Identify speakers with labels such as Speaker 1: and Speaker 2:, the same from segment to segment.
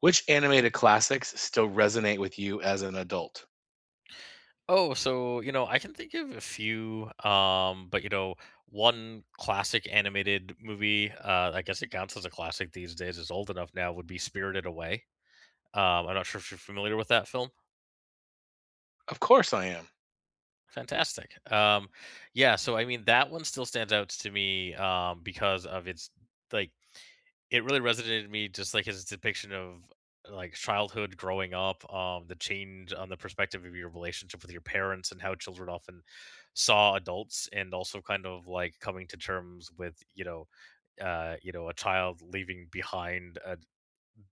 Speaker 1: Which animated classics still resonate with you as an adult?
Speaker 2: I can think of a few, one classic animated movie, I guess it counts as a classic these days, is old enough now, would be Spirited Away. I'm not sure if you're familiar with that film.
Speaker 1: Of course I am.
Speaker 2: Fantastic. That one still stands out to me, because of its like It really resonated in me, just like his depiction of, like, childhood growing up, the change on the perspective of your relationship with your parents and how children often saw adults and also kind of, like, coming to terms with, a child leaving behind,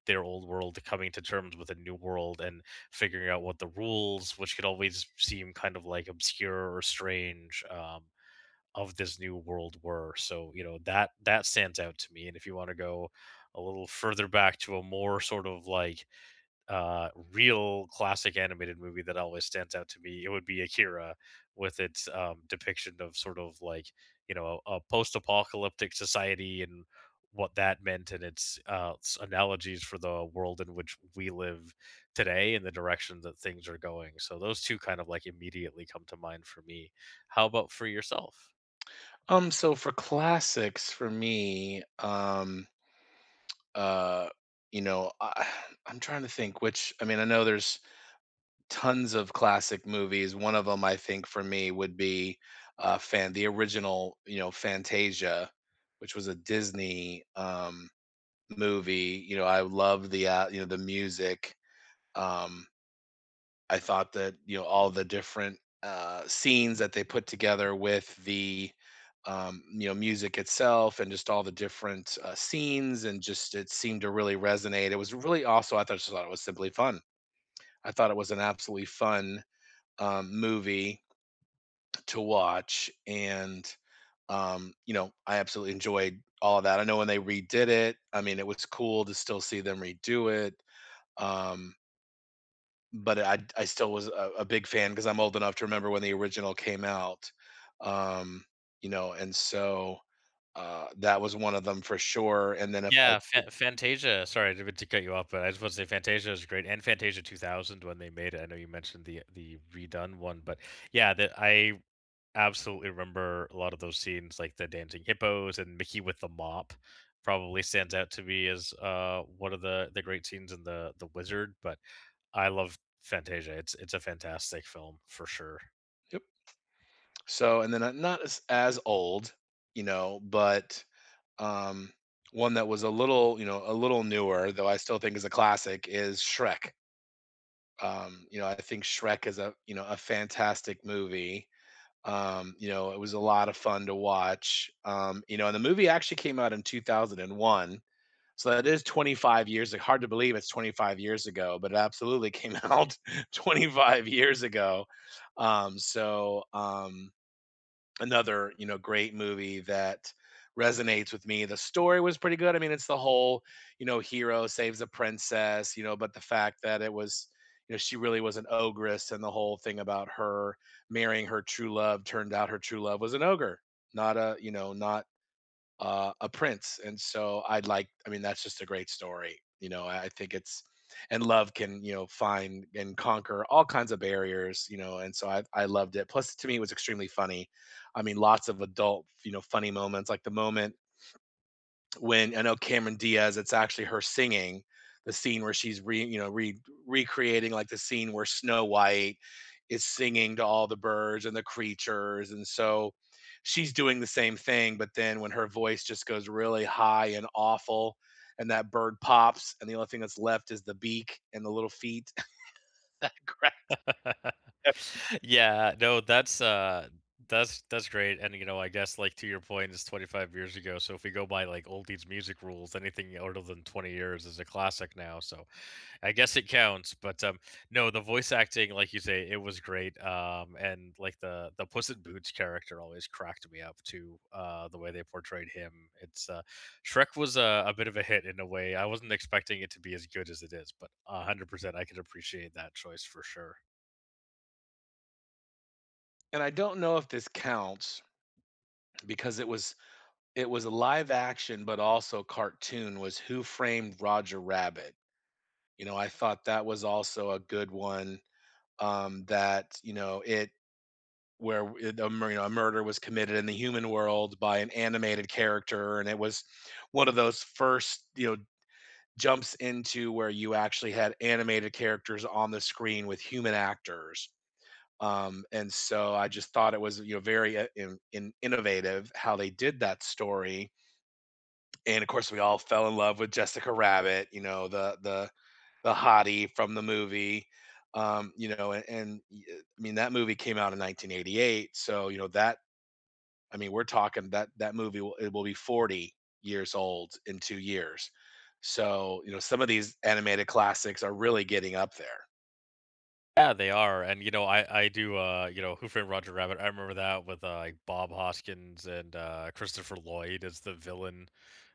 Speaker 2: their old world, coming to terms with a new world and figuring out what the rules, which could always seem kind of, like, obscure or strange, of this new world were. So, you know, that stands out to me. And if you want to go a little further back to a more sort of like real classic animated movie that always stands out to me, it would be Akira with its depiction of sort of like, you know, a post-apocalyptic society and what that meant and its analogies for the world in which we live today and the direction that things are going. So those two kind of like immediately come to mind for me. How about for yourself?
Speaker 1: So for classics for me, uh, you know, I, I'm trying to think which, I mean, I know there's tons of classic movies. One of them I think for me would be fan the original, you know, Fantasia, which was a Disney movie. You know, I love the you know, the music. Um I thought that, you know, all the different scenes that they put together with the, you know, music itself and just all the different scenes and just it seemed to really resonate. It was really also, I thought, just thought it was simply fun. I thought it was an absolutely fun movie to watch. And, you know, I absolutely enjoyed all of that. I know when they redid it, I mean, it was cool to still see them redo it. Um, But I still was a big fan because 'cause I'm old enough to remember when the original came out, um, you know, and so, that was one of them for sure, and then if I,
Speaker 2: Yeah, Fantasia, sorry to cut you off, but I just want to say Fantasia is great, and Fantasia 2000 when they made it. I know you mentioned the redone one, but yeah, that I absolutely remember a lot of those scenes, like the dancing hippos and Mickey with the mop probably stands out to me as, one of the great scenes in The Wizard, but I love Fantasia. It's a fantastic film for sure.
Speaker 1: yep. So, and then I'm not as old, you know, but, um, one that was a little, you know, a little newer, though I still think is a classic, is Shrek. You know, I think Shrek is a, you know, a fantastic movie. You know, it was a lot of fun to watch. You know, and the movie actually came out in 2001. So that is 25 years. Like, hard to believe it's 25 years ago, but it absolutely came out 25 years ago. Um, so, um, another you know great movie that resonates with me, the story was pretty good. I mean, it's the whole, you know, hero saves a princess, you know, but the fact that it was, you know, she really was an ogress and the whole thing about her marrying her true love turned out her true love was an ogre, not a, you know, not a prince. And so I'd like, I mean, that's just a great story. You know, I think it's, and love can, you know, find and conquer all kinds of barriers, you know, and so I loved it. Plus, to me, it was extremely funny. I mean, lots of adult, you know, funny moments, like the moment when I know Cameron Diaz, it's actually her singing the scene where she's re you know re recreating like the scene where Snow White is singing to all the birds and the creatures, and so she's doing the same thing, but then when her voice just goes really high and awful, and that bird pops, and the only thing that's left is the beak and the little feet that grab.
Speaker 2: Yeah, no, that's that's great. And you know, I guess like to your point, it's 25 years ago. So if we go by like oldies music rules, anything older than 20 years is a classic now. So I guess it counts. But no, the voice acting, like you say, it was great. Um, and like the Puss in Boots character always cracked me up too, the way they portrayed him. It's Shrek was a bit of a hit in a way. I wasn't expecting it to be as good as it is, but 100% I could appreciate that choice for sure.
Speaker 1: And I don't know if this counts because it was a live action, but also cartoon, was Who Framed Roger Rabbit? You know, I thought that was also a good one, that, you know, it where it, a, you know, a murder was committed in the human world by an animated character, and it was one of those first, you know, jumps into where you actually had animated characters on the screen with human actors. And so I just thought it was, you know, very in innovative how they did that story. And of course, we all fell in love with Jessica Rabbit, you know, the the hottie from the movie. You know, and, I mean that movie came out in 1988, so you know that I mean we're talking that movie will it will be 40 years old in 2 years. So, you know, some of these animated classics are really getting up there.
Speaker 2: Yeah, they are, and, you know, I do, you know, Who Framed Roger Rabbit, I remember that with, like, Bob Hoskins and, Christopher Lloyd as the villain,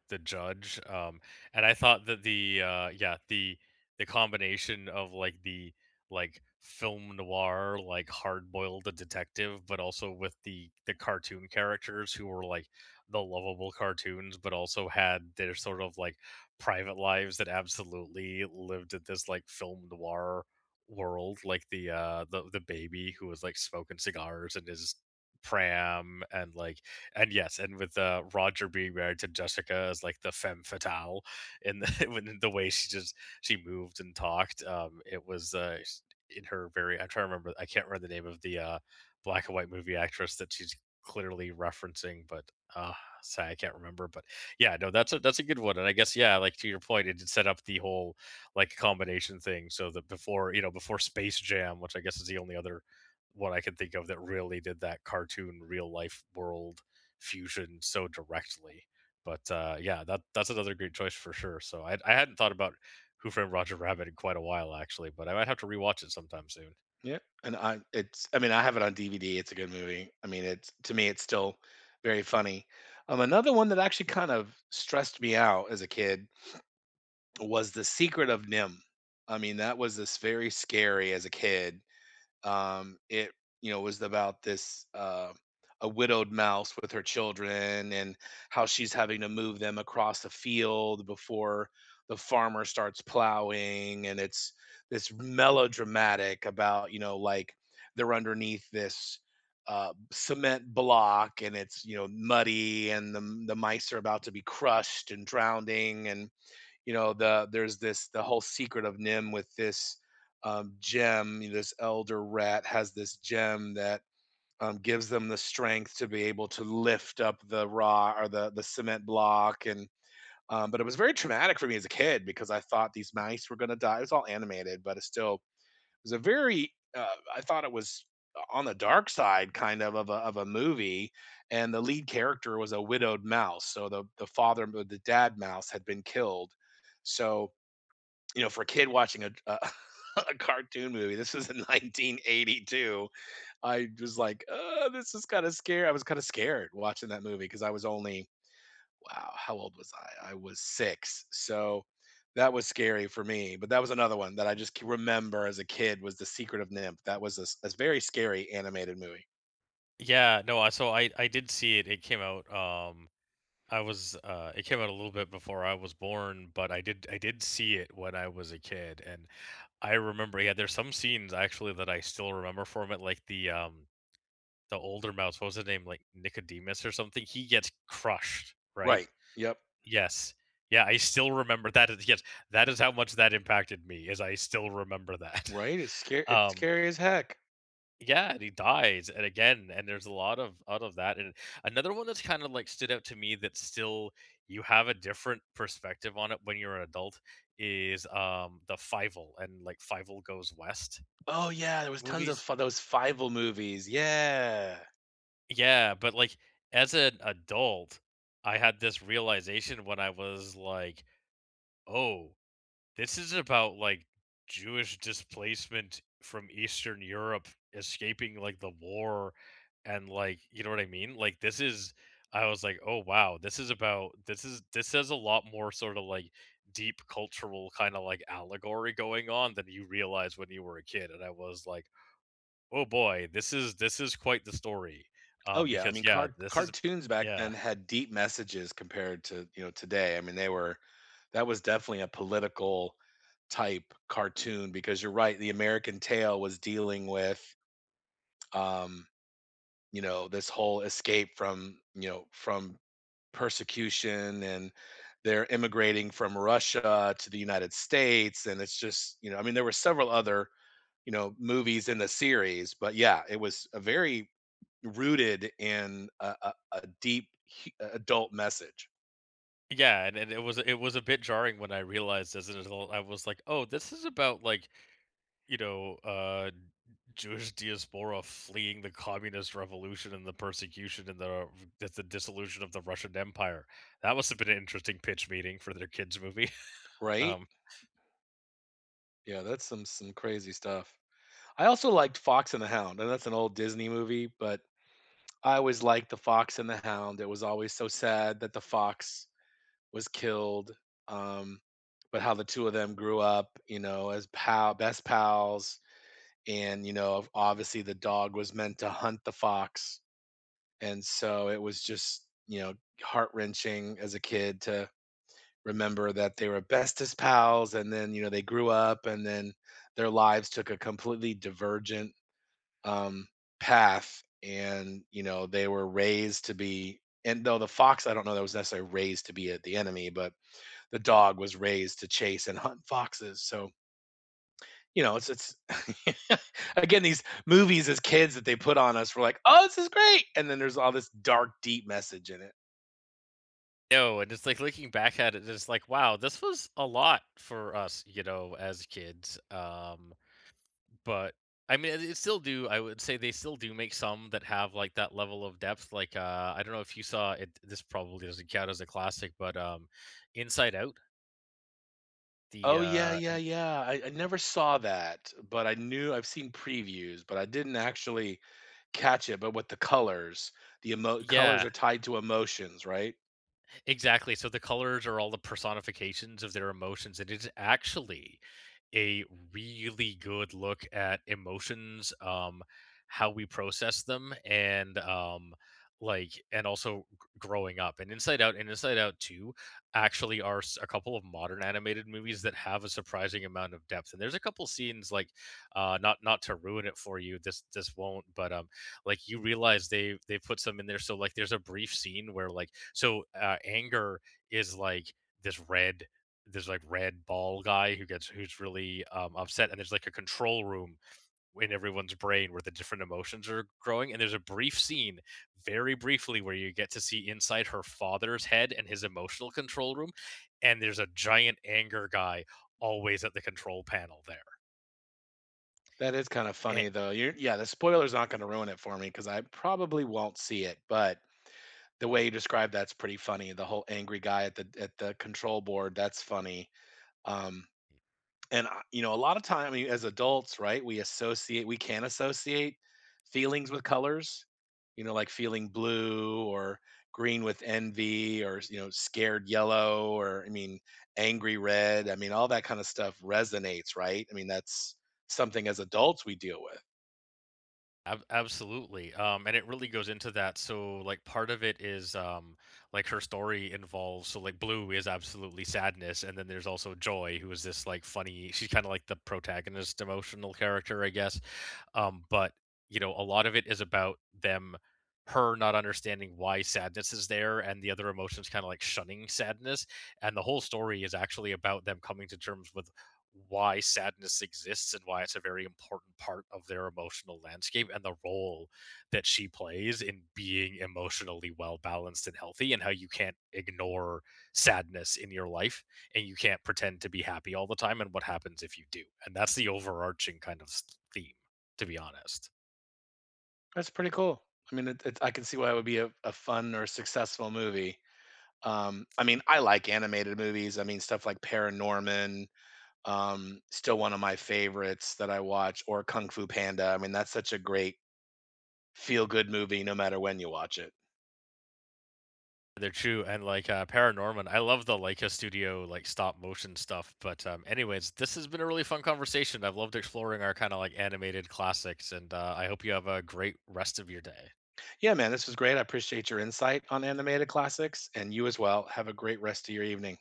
Speaker 2: the judge, and I thought that the, yeah, the combination of, like, the, like, film noir, like, hard-boiled detective, but also with the cartoon characters who were, like, the lovable cartoons, but also had their sort of, like, private lives that absolutely lived at this, like, film noir world, like the the baby who was like smoking cigars in his pram and yes, and with Roger being married to Jessica as like the femme fatale in the when the way she moved and talked. Um, it was in her very, I'm trying to remember, I can't remember the name of the black and white movie actress that she's clearly referencing, but uh sorry, I can't remember. But yeah, no, that's a good one. And I guess, yeah, like to your point, it did set up the whole like combination thing. So that before, you know, before Space Jam, which I guess is the only other one I can think of that really did that cartoon real life world fusion so directly. But yeah, that's another great choice for sure. So I hadn't thought about Who Framed Roger Rabbit in quite a while actually, but I might have to rewatch it sometime soon.
Speaker 1: Yeah. And I it's I mean I have it on DVD. It's a good movie. I mean it's to me it's still very funny. Another one that actually kind of stressed me out as a kid was The Secret of Nim. I mean, that was this very scary as a kid. It, you know, was about this a widowed mouse with her children and how she's having to move them across the field before the farmer starts plowing, and it's this melodramatic about, you know, like they're underneath this cement block, and it's, you know, muddy, and the mice are about to be crushed and drowning, and you know the there's this the whole secret of nim with this gem, you know, this elder rat has this gem that gives them the strength to be able to lift up the raw or the cement block, and but it was very traumatic for me as a kid because I thought these mice were going to die. It was all animated, but it still it was a very I thought it was on the dark side kind of a movie. And the lead character was a widowed mouse, so the father, the dad mouse, had been killed, so you know, for a kid watching a a cartoon movie, this was in 1982. I was like, "Oh, this is kinda scary." I was kinda scared watching that movie because I was only wow, how old was I? I was 6, so that was scary for me, but that was another one that I just c remember as a kid was The Secret of Nymph. That was a very scary animated movie.
Speaker 2: Yeah, no, I so I did see it. It came out I was it came out a little bit before I was born, but I did see it when I was a kid, and I remember, yeah, there's some scenes actually that I still remember from it, like the older mouse, what was his name? Like Nicodemus or something. He gets crushed, right?
Speaker 1: Right. Yep.
Speaker 2: Yes. Yeah, I still remember Yes, that is how much that impacted me, is I still remember that.
Speaker 1: Right? It's
Speaker 2: um
Speaker 1: scary as heck.
Speaker 2: yeah, and he dies, and again, and there's a lot of out of that. And another one that's kind of like stood out to me that still you have a different perspective on it when you're an adult is the Fievel and like Fievel Goes West
Speaker 1: Oh, yeah, there was tons of
Speaker 2: movies.
Speaker 1: f those Fievel movies, yeah.
Speaker 2: Yeah, but like as an adult, I had this realization when I was like, "Oh, this is about like Jewish displacement from Eastern Europe escaping like the war and like, you know what I mean? Like this is I was like, "Oh wow, this is about this is this has a lot more sort of like deep cultural kind of like allegory going on than you realize when you were a kid." And I was like, oh boy, this is quite the story,
Speaker 1: Oh, yeah, I
Speaker 2: because
Speaker 1: mean,
Speaker 2: yeah, this is
Speaker 1: cartoons back
Speaker 2: yeah,
Speaker 1: then had deep messages compared to, you know, today. I mean, they were that was definitely a political type cartoon because you're right, the American Tale was dealing with, um, you know, this whole escape from, you know, from persecution, and they're immigrating from Russia to the United States, and it's just, you know, I mean, there were several other, you know, movies in the series, but yeah, it was a very rooted in a deep adult message,
Speaker 2: yeah, and it was, a bit jarring when I realized as an adult. I was like, oh, this is about like you know uh, Jewish diaspora fleeing the communist revolution and the persecution and the that's the dissolution of the Russian Empire. That must have been an interesting pitch meeting for their kids movie.
Speaker 1: right?
Speaker 2: um,
Speaker 1: Yeah, that's some crazy stuff. I also liked Fox and the Hound, and that's an old Disney movie, but I always liked the Fox and the Hound. It was always so sad that the fox was killed, um, but how the two of them grew up, you know, as pal best pals, and you know, obviously the dog was meant to hunt the fox, and so it was just you know heart wrenching as a kid to remember that they were bestest pals and then, you know, they grew up and then their lives took a completely divergent, um, path, and, you know, they were raised to be, and though the fox, I don't know that was necessarily raised to be a the enemy, but the dog was raised to chase and hunt foxes, so, you know, it's again, these movies as kids that they put on us, we're like, "Oh, this is great," and then there's all this dark, deep message in it.
Speaker 2: no, and it's like looking back at it, it's like wow, this was a lot for us, you know, as kids. But, I mean, it still do I would say they still do make some that have, like, that level of depth, like, I don't know if you saw it, this probably doesn't count as a classic, but, Inside Out, the,
Speaker 1: Oh, yeah,
Speaker 2: uh,
Speaker 1: yeah,
Speaker 2: um
Speaker 1: yeah. I never saw that, but I knew I've seen previews, but I didn't actually catch it. But with the colors, the colors
Speaker 2: Yeah.
Speaker 1: are tied to emotions, right?
Speaker 2: Exactly. So the colors are all the personifications of their emotions, and it's actually a really good look at emotions, how we process them, and like, and also growing up. And Inside Out Two actually are a couple of modern animated movies that have a surprising amount of depth. And there's a couple scenes like, not not to ruin it for you, this won't, but like you realize they put some in there, so like there's a brief scene where like so anger is like this red, there's like red ball guy who gets, who's really upset, and there's like a control room in everyone's brain where the different emotions are growing, and there's a brief scene very briefly where you get to see inside her father's head and his emotional control room, and there's a giant anger guy always at the control panel there.
Speaker 1: That is kind of funny, though. You're, yeah, the spoiler's not going to ruin it for me because I probably won't see it. But the way you describe that's pretty funny. The whole angry guy at the control board, that's funny. Um, And, I you know, a lot of time, I mean, as adults, right, we can associate feelings with colors, you know, like feeling blue or green with envy or, you know, scared yellow or, I mean, angry red. I mean, all that kind of stuff resonates, right? I mean, that's something as adults we deal with.
Speaker 2: Absolutely. And it really goes into that. So, like, part of it is like her story involves. So, like, Blue is absolutely sadness, and then there's also Joy, who is this like funny. She's kind of like the protagonist, emotional character, I guess. But you know, a lot of it is about them, her not understanding why sadness is there, and the other emotions kind of like shunning sadness. And the whole story is actually about them coming to terms with why sadness exists and why it's a very important part of their emotional landscape and the role that she plays in being emotionally well balanced and healthy, and how you can't ignore sadness in your life and you can't pretend to be happy all the time and what happens if you do, and that's the overarching kind of theme, to be honest.
Speaker 1: That's pretty cool. I mean, it, I can see why it would be a fun or successful movie. I mean, I like animated movies. I mean, stuff like Paranorman, still one of my favorites that I watch, or Kung Fu Panda. I mean, that's such a great feel good movie no matter when you watch it.
Speaker 2: They're true, and like Paranorman, I love the Leica Studio like stop motion stuff. But anyways, this has been a really fun conversation. I've loved exploring our kind of like animated classics, and I hope you have a great rest of your day.
Speaker 1: Yeah, man, this was great. I appreciate your insight on animated classics, and you as well. Have a great rest of your evening.